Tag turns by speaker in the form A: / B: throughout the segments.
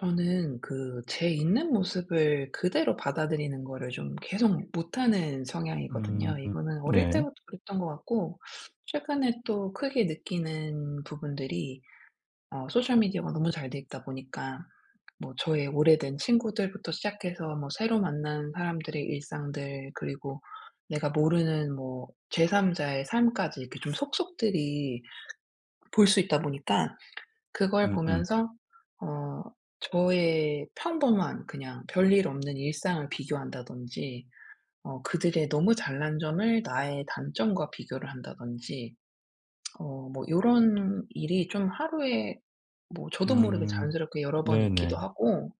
A: 저는 그 제 있는 모습을 그대로 받아들이는 거를 좀 계속 못하는
B: 음.
A: 성향이거든요. 이거는 어릴
B: 네.
A: 때부터 그랬던 것 같고, 최근에 또 크게 느끼는 부분들이 소셜 미디어가 너무 잘 돼 있다 보니까, 뭐 저의 오래된 친구들부터 시작해서 뭐 새로 만난 사람들의 일상들, 그리고 내가 모르는 뭐 제3자의 삶까지 이렇게 좀 속속들이 볼 수 있다 보니까, 그걸
B: 음음. 음.
A: 보면서 어 저의 평범한 그냥 별일 없는 일상을 비교한다든지, 그들의 너무 잘난 점을 나의 단점과 비교를 한다든지, 뭐 요런 일이 좀 하루에 뭐 저도 모르게
B: 음,
A: 자연스럽게 여러 번
B: 네네.
A: 있기도 하고.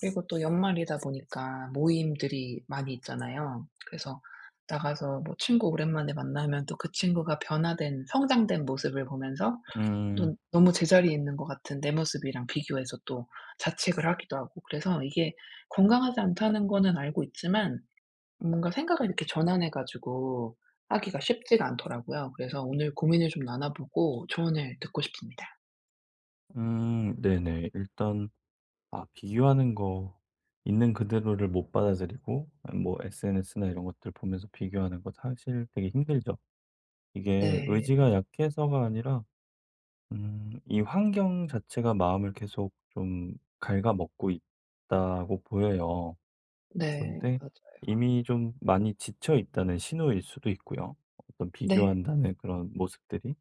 A: 그리고 또 연말이다 보니까 모임들이 많이 있잖아요. 그래서 나가서 뭐 친구 오랜만에 만나면 또 그 친구가 변화된 성장된 모습을 보면서,
B: 음.
A: 넌 너무 제자리에 있는 것 같은 내 모습이랑 비교해서 또 자책을 하기도 하고. 그래서 이게 건강하지 않다는 거는 알고 있지만, 뭔가 생각을 이렇게 전환해 가지고 하기가 쉽지가 않더라고요. 그래서 오늘 고민을 좀 나눠 보고 조언을 듣고 싶습니다.
B: 음. 네네. 일단 아 비교하는 거 있는 그대로를 못 받아들이고 뭐 SNS나 이런 것들 보면서 비교하는 거 사실 되게 힘들죠. 이게
A: 네.
B: 의지가 약해서가 아니라 이 환경 자체가 마음을 계속 좀 갉아먹고 있다고 보여요.
A: 네.
B: 그런데
A: 맞아요.
B: 이미 좀 많이 지쳐 있다는 신호일 수도 있고요. 어떤
A: 네.
B: 비교한다는 그런 모습들이.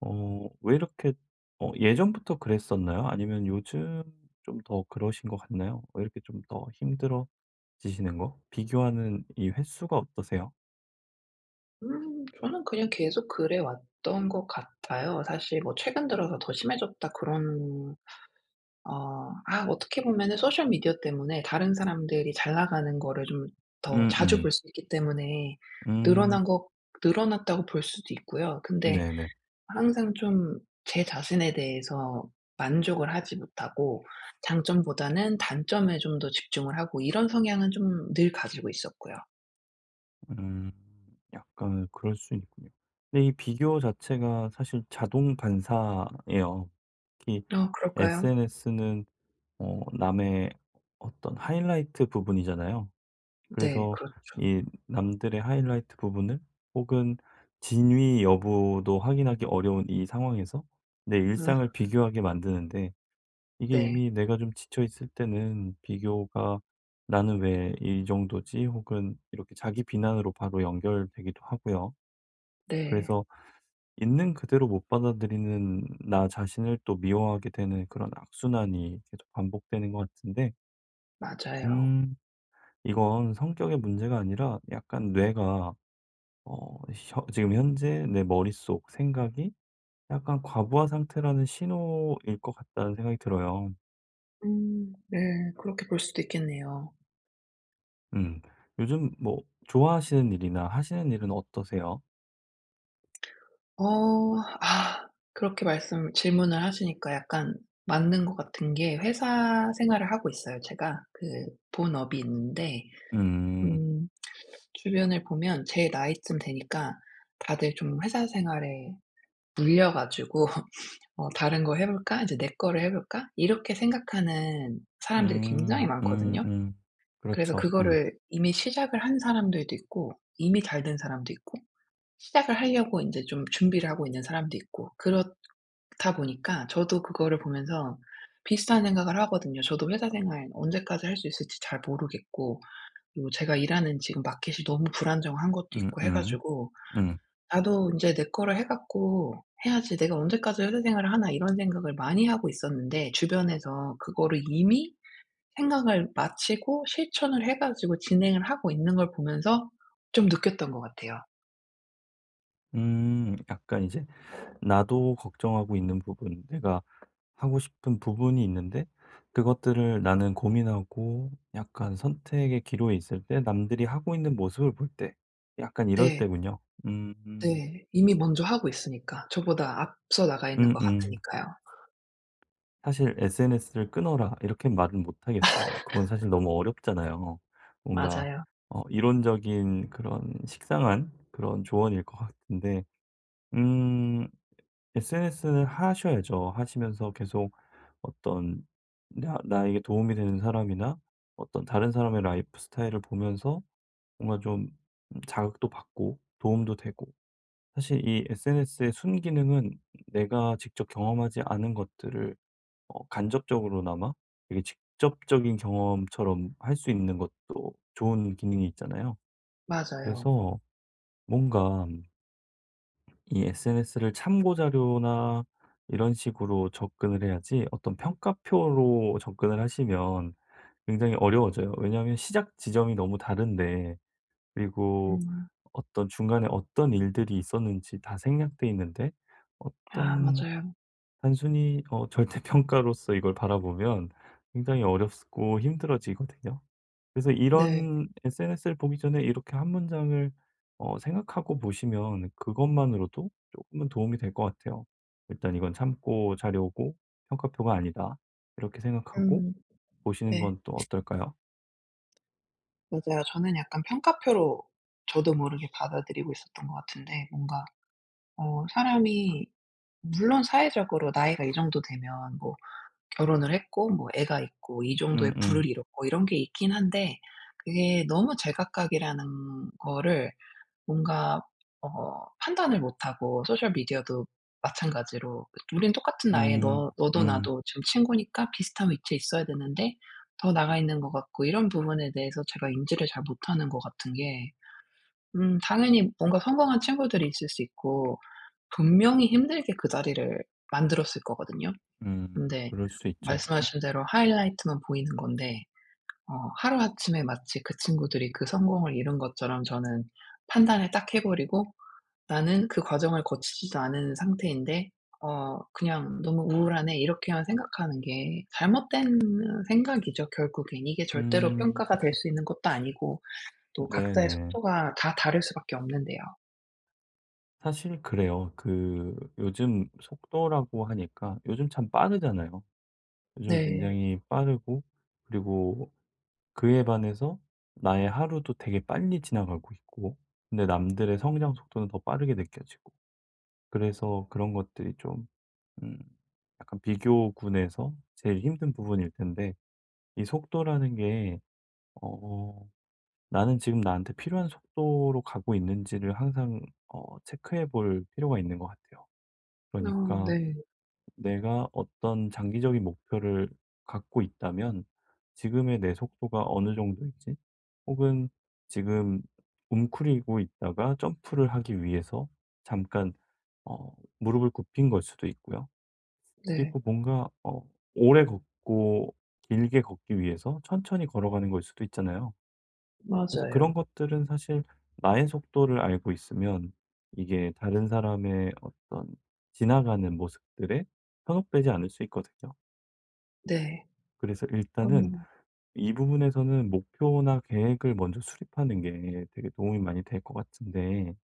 B: 왜 이렇게 예전부터 그랬었나요? 아니면 요즘 좀 더 그러신 것 같나요? 왜 이렇게 좀 더 힘들어지시는 거? 비교하는 이 횟수가 어떠세요?
A: 저는 그냥 계속 그래 왔던 것 같아요. 사실 뭐 '최근 들어서 더 심해졌다.' 그런, 어떻게 보면은 소셜 미디어 때문에 다른 사람들이 잘 나가는 거를 좀 더
B: 음,
A: 자주
B: 음,
A: 볼 수 있기 때문에
B: 음,
A: 늘어난 것 늘어났다고 볼 수도 있고요. 근데
B: 네네.
A: 항상 좀 제 자신에 대해서 만족을 하지 못하고, 장점보다는 단점에 좀 더 집중을 하고, 이런 성향은 좀 늘 가지고 있었고요.
B: 음, 약간 그럴 수 있군요. 근데 이 비교 자체가 사실 자동 반사예요. 특히
A: 그럴까요?
B: SNS는 남의 어떤 하이라이트 부분이잖아요.
A: 네,
B: 그래서
A: 그렇죠.
B: 이 남들의 하이라이트 부분을 혹은 진위 여부도 확인하기 어려운 이 상황에서 내
A: 음.
B: 일상을 비교하게 만드는데 이게
A: 네.
B: 이미 내가 좀 지쳐 있을 때는 비교가 '나는 왜 이 정도지?' 혹은 이렇게 자기 비난으로 바로 연결되기도 하고요.
A: 네.
B: 그래서 있는 그대로 못 받아들이는 나 자신을 또 미워하게 되는 그런 악순환이 계속 반복되는 것 같은데
A: 맞아요.
B: 음 이건 성격의 문제가 아니라 약간 뇌가 어 혀 지금 현재 내 머릿속 생각이 약간 과부하 상태라는 신호일 것 같다는 생각이 들어요.
A: 음. 네. 그렇게 볼 수도 있겠네요.
B: 음. 요즘 뭐 좋아하시는 일이나 하시는 일은 어떠세요?
A: 어 아 그렇게 말씀 질문을 하시니까, 약간 맞는 것 같은 게, 회사 생활을 하고 있어요, 제가. 그 본업이 있는데,
B: 음.
A: 음 주변을 보면 제 나이쯤 되니까 다들 좀 회사 생활에 물려 가지고 '어 다른 거 해 볼까? 이제 내 거를 해 볼까?' 이렇게 생각하는 사람들이 굉장히
B: 음.
A: 많거든요. 그래서
B: 그렇죠. 음.
A: 그거를 이미 시작을 한 사람들도 있고, 이미 잘 된 사람도 있고, 시작을 하려고 인제 좀 준비를 하고 있는 사람도 있고. 그렇다 보니까 저도 그거를 보면서 비슷한 생각을 하거든요. 저도 회사 생활 언제까지 할 수 있을지 잘 모르겠고, 그리고 제가 일하는 지금 마켓이 너무 불안정한 것도
B: 음음.
A: 있고 해
B: 음.
A: 가지고,
B: 음
A: '나도 인제 내 거를 해 갖고 해야지. 내가 언제까지 회사 생활을 하나.' 이런 생각을 많이 하고 있었는데, 주변에서 그거를 이미 생각을 마치고 실천을 해 가지고 진행을 하고 있는 걸 보면서 좀 느꼈던 것 같아요.
B: 약간 이제 나도 걱정하고 있는 부분, 내가 하고 싶은 부분이 있는데 그것들을 나는 고민하고 약간 선택의 기로에 있을 때 남들이 하고 있는 모습을 볼 때 약간 이럴
A: 네.
B: 때군요. 음.
A: 네. 이미 먼저 하고 있으니까. 저보다 앞서 나가 있는 것
B: 음음.
A: 같으니까요.
B: 사실 "SNS를 끊어라." 이렇게 말은 못 하겠어요. 그건 사실 너무 어렵잖아요. 뭔가
A: 맞아요.
B: 이론적인 그런 식상한 그런 조언일 것 같은데 음 SNS는 하셔야죠. 하시면서 계속 어떤 나 나에게 도움이 되는 사람이나 어떤 다른 사람의 라이프 스타일을 보면서 뭔가 좀 자극도 받고 도움도 되고 사실 이 SNS의 순기능은 내가 직접 경험하지 않은 것들을 간접적으로나마 되게 직접적인 경험처럼 할 수 있는 것도 좋은 기능이 있잖아요.
A: 맞아요.
B: 그래서 뭔가 이 SNS를 참고 자료나 이런 식으로 접근을 해야지 어떤 평가표로 접근을 하시면 굉장히 어려워져요. 왜냐하면 시작 지점이 너무 다른데 그리고
A: 음.
B: 어떤 중간에 어떤 일들이 있었는지 다 생략돼 있는데
A: 아
B: 어떤
A: 맞아요.
B: 단순히 절대평가로서 이걸 바라보면 굉장히 어렵고 힘들어지거든요. 그래서
A: 네.
B: 이런 SNS를 보기 전에 이렇게 한 문장을 생각하고 보시면 그것만으로도 조금은 도움이 될 것 같아요. '일단 이건 참고 자려고 평가표가 아니다.' 이렇게 생각하고
A: 음.
B: 보시는
A: 네.
B: 건 또 어떨까요?
A: 맞아요. 저는 약간 평가표로 저도 모르게 받아들이고 있었던 것 같은데, 뭔가 사람이 물론 사회적으로 나이가 이 정도 되면, 뭐 결혼을 했고 뭐 애가 있고 이 정도의
B: 음음.
A: 부를 이뤘고, 이런 게 있긴 한데, 그게 너무 제각각이라는 거를 뭔가 판단을 못하고, 소셜 미디어도 마찬가지로 우린 똑같은 나이에
B: 음.
A: 너
B: 음.
A: 너도
B: 음.
A: 나도 지금 친구니까 비슷한 위치에 있어야 되는데 더 나가 있는 것 같고. 이런 부분에 대해서 제가 인지를 잘 못하는 것 같은 게, 당연히 뭔가 성공한 친구들이 있을 수 있고, 분명히 힘들게 그 자리를 만들었을 거거든요. 근데
B: 그럴 수 있죠.
A: 말씀하신 대로 하이라이트만 보이는 건데, 어 하루아침에 마치 그 친구들이 그 성공을 이룬 것처럼 저는 판단을 딱 해 버리고, 나는 그 과정을 거치지도 않은 상태인데 그냥 '너무 우울하네.' 이렇게만 생각하는 게 잘못된 생각이죠, 결국엔. 이게 절대로
B: 음.
A: 평가가 될 수 있는 것도 아니고, 또 각자의
B: 네네.
A: 속도가 다 다를 수밖에 없는데요.
B: 사실 그래요. 그 요즘 속도라고 하니까 요즘 참 빠르잖아요. 요즘
A: 네.
B: 굉장히 빠르고 그리고 그에 반해서 나의 하루도 되게 빨리 지나가고 있고 근데 남들의 성장 속도는 더 빠르게 느껴지고 그래서 그런 것들이 좀 음 약간 비교군에서 제일 힘든 부분일 텐데 이 속도라는 게어 나는 지금 나한테 필요한 속도로 가고 있는지를 항상 체크해 볼 필요가 있는 것 같아요.
A: 어
B: 그러니까
A: 네.
B: 내가 어떤 장기적인 목표를 갖고 있다면 지금의 내 속도가 어느 정도인지 혹은 지금 움크리고 있다가 점프를 하기 위해서 잠깐 어 무릎을 굽힌 걸 수도 있고요.
A: 네.
B: 그리고 뭔가 오래 걷고 길게 걷기 위해서 천천히 걸어가는 걸 수도 있잖아요. 그래서 그런
A: 맞아요.
B: 것들은 사실 나의 속도를 알고 있으면 이게 다른 사람의 어떤 지나가는 모습들에 현혹되지 않을 수 있거든요.
A: 네.
B: 그래서
A: 어
B: 일단은 이 부분에서는 목표나 계획을 먼저 수립하는 게 되게 도움이 많이 될 것 같은데,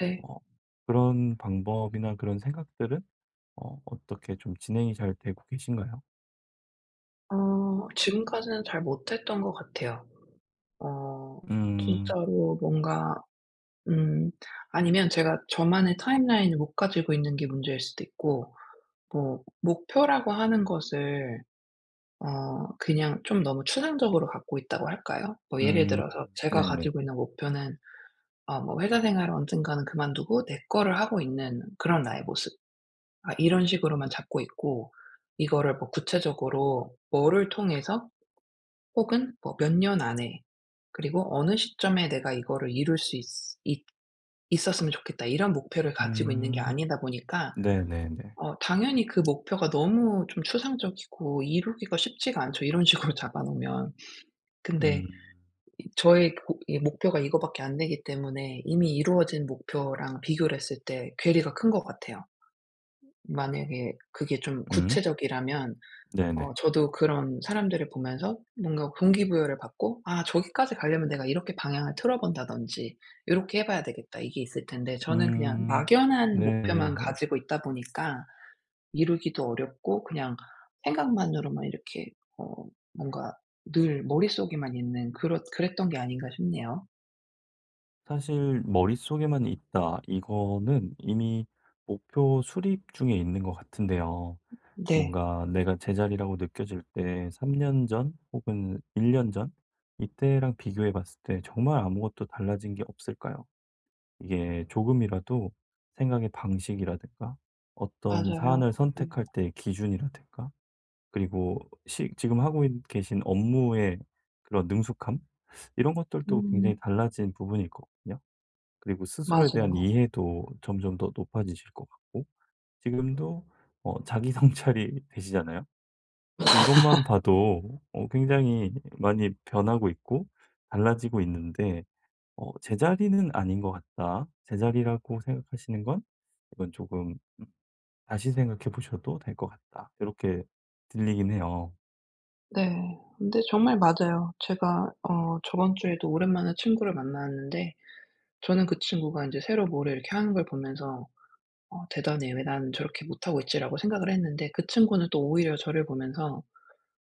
A: 네.
B: 어, 그런 방법이나 그런 생각들은 어떻게 좀 진행이 잘 되고 계신가요?
A: 지금까지는 잘 못했던 것 같아요. 어
B: 음,
A: 진짜로 뭔가, 음 아니면 제가 저만의 타임라인을 못 가지고 있는 게 문제일 수도 있고, 뭐 목표라고 하는 것을 그냥 좀 너무 추상적으로 갖고 있다고 할까요? 뭐 예를
B: 음,
A: 들어서 제가
B: 네네.
A: 가지고 있는 목표는 뭐 '회사 생활을 언젠가는 그만두고 내 거를 하고 있는 그런 나의 모습.' 이런 식으로만 잡고 있고, 이거를 뭐 구체적으로 뭐를 통해서, 혹은 뭐 몇 년 안에, 그리고 '어느 시점에 내가 이거를 이룰 수 있 있 있었으면 좋겠다.' 이런 목표를 가지고 있는 게
B: 음,
A: 아니다 보니까
B: 네네네.
A: 당연히 그 목표가 너무 좀 추상적이고 이루기가 쉽지가 않죠, 이런 식으로 잡아 놓으면. 근데
B: 음,
A: 이 저의 고 이 목표가 이거밖에 안 되기 때문에 이미 이루어진 목표랑 비교를 했을 때 괴리가 큰 것 같아요. 만약에 그게 좀
B: 음,
A: 구체적이라면
B: 네네.
A: 저도 그런 사람들을 보면서 뭔가 동기부여를 받고, '아 저기까지 가려면 내가 이렇게 방향을 틀어 본다든지 요렇게 해 봐야 되겠다.' 이게 있을 텐데, 저는 그냥
B: 음.
A: 막연한 목표만
B: 네네네.
A: 가지고 있다 보니까 이루기도 어렵고, 그냥 생각만으로만 이렇게 어 뭔가 늘 머릿속에만 있는 그렇 그랬던 게 아닌가 싶네요.
B: 사실 '머릿속에만 있다.' 이거는 이미 목표 수립 중에 있는 것 같은데요.
A: 네.
B: 뭔가 내가 제자리라고 느껴질 때 3년 전 혹은 1년 전 이때랑 비교해 봤을 때 정말 아무것도 달라진 게 없을까요? 이게 조금이라도 생각의 방식이라든가 어떤
A: 맞아요.
B: 사안을
A: 네.
B: 선택할 때의 기준이라든가 그리고 시 지금 하고 있 계신 업무의 그런 능숙함? 이런 것들도 굉장히
A: 음.
B: 달라진 부분일 거거든요. 그리고 스스로에 대한
A: 맞아요.
B: 이해도 점점 더 높아지실 것 같고 지금도 자기 성찰이 되시잖아요. 근데 이것만 봐도 굉장히 많이 변하고 있고 달라지고 있는데 '제자리는 아닌 것 같다. 제자리라고 생각하시는 건 이건 조금 음 다시 생각해 보셔도 될 것 같다.' 이렇게 들리긴 해요.
A: 네. 근데 정말 맞아요. 제가 저번 주에도 오랜만에 친구를 만났는데, 저는 그 친구가 인제 새로 뭐를 이렇게 하는 걸 보면서 '어 대단해. 왜 나는 저렇게 못하고 있지.'라고 생각을 했는데, 그 친구는 또 오히려 저를 보면서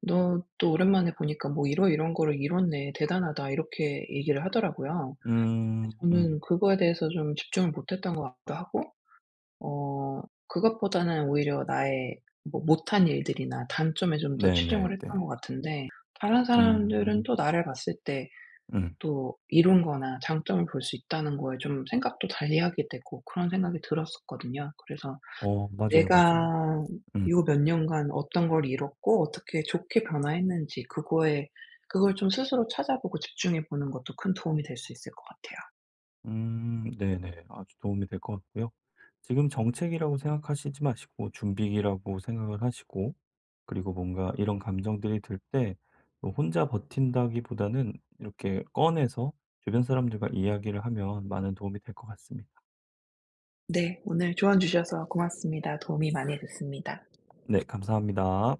A: 너 또 오랜만에 보니까 뭐 이러 이런 거를 이뤘네. 대단하다." 이렇게 얘기를 하더라고요.
B: 음. 음.
A: 저는 그거에 대해서 좀 집중을 못했던 것 같기도 하고, 어 그것보다는 오히려 나의 뭐 못한 일들이나 단점에 좀 더 치중을
B: 네네네.
A: 했던 것 같은데, 다른 사람들은
B: 음.
A: 또 나를 봤을 때
B: 음.
A: 또 이룬 거나 장점을 볼 수 있다는 거에 좀 생각도 달리 하게 되고, 그런 생각이 들었었거든요. 그래서
B: 맞아요,
A: 내가
B: 맞아요. 음.
A: 요 몇 년간 어떤 걸 잃었고 어떻게 좋게 변화했는지 그거에, 그걸 좀 스스로 찾아보고 집중해 보는 것도 큰 도움이 될 수 있을 것 같아요.
B: 네네. 아주 도움이 될 것 같고요. 지금 정책이라고 생각하시지 마시고 준비라고 생각을 하시고 그리고 뭔가 이런 감정들이 들 때 뭐 혼자 버틴다기보다는 이렇게 꺼내서 주변 사람들과 이야기를 하면 많은 도움이 될 것 같습니다.
A: 네. 오늘 조언 주셔서 고맙습니다. 도움이 많이 됐습니다.
B: 네 감사합니다.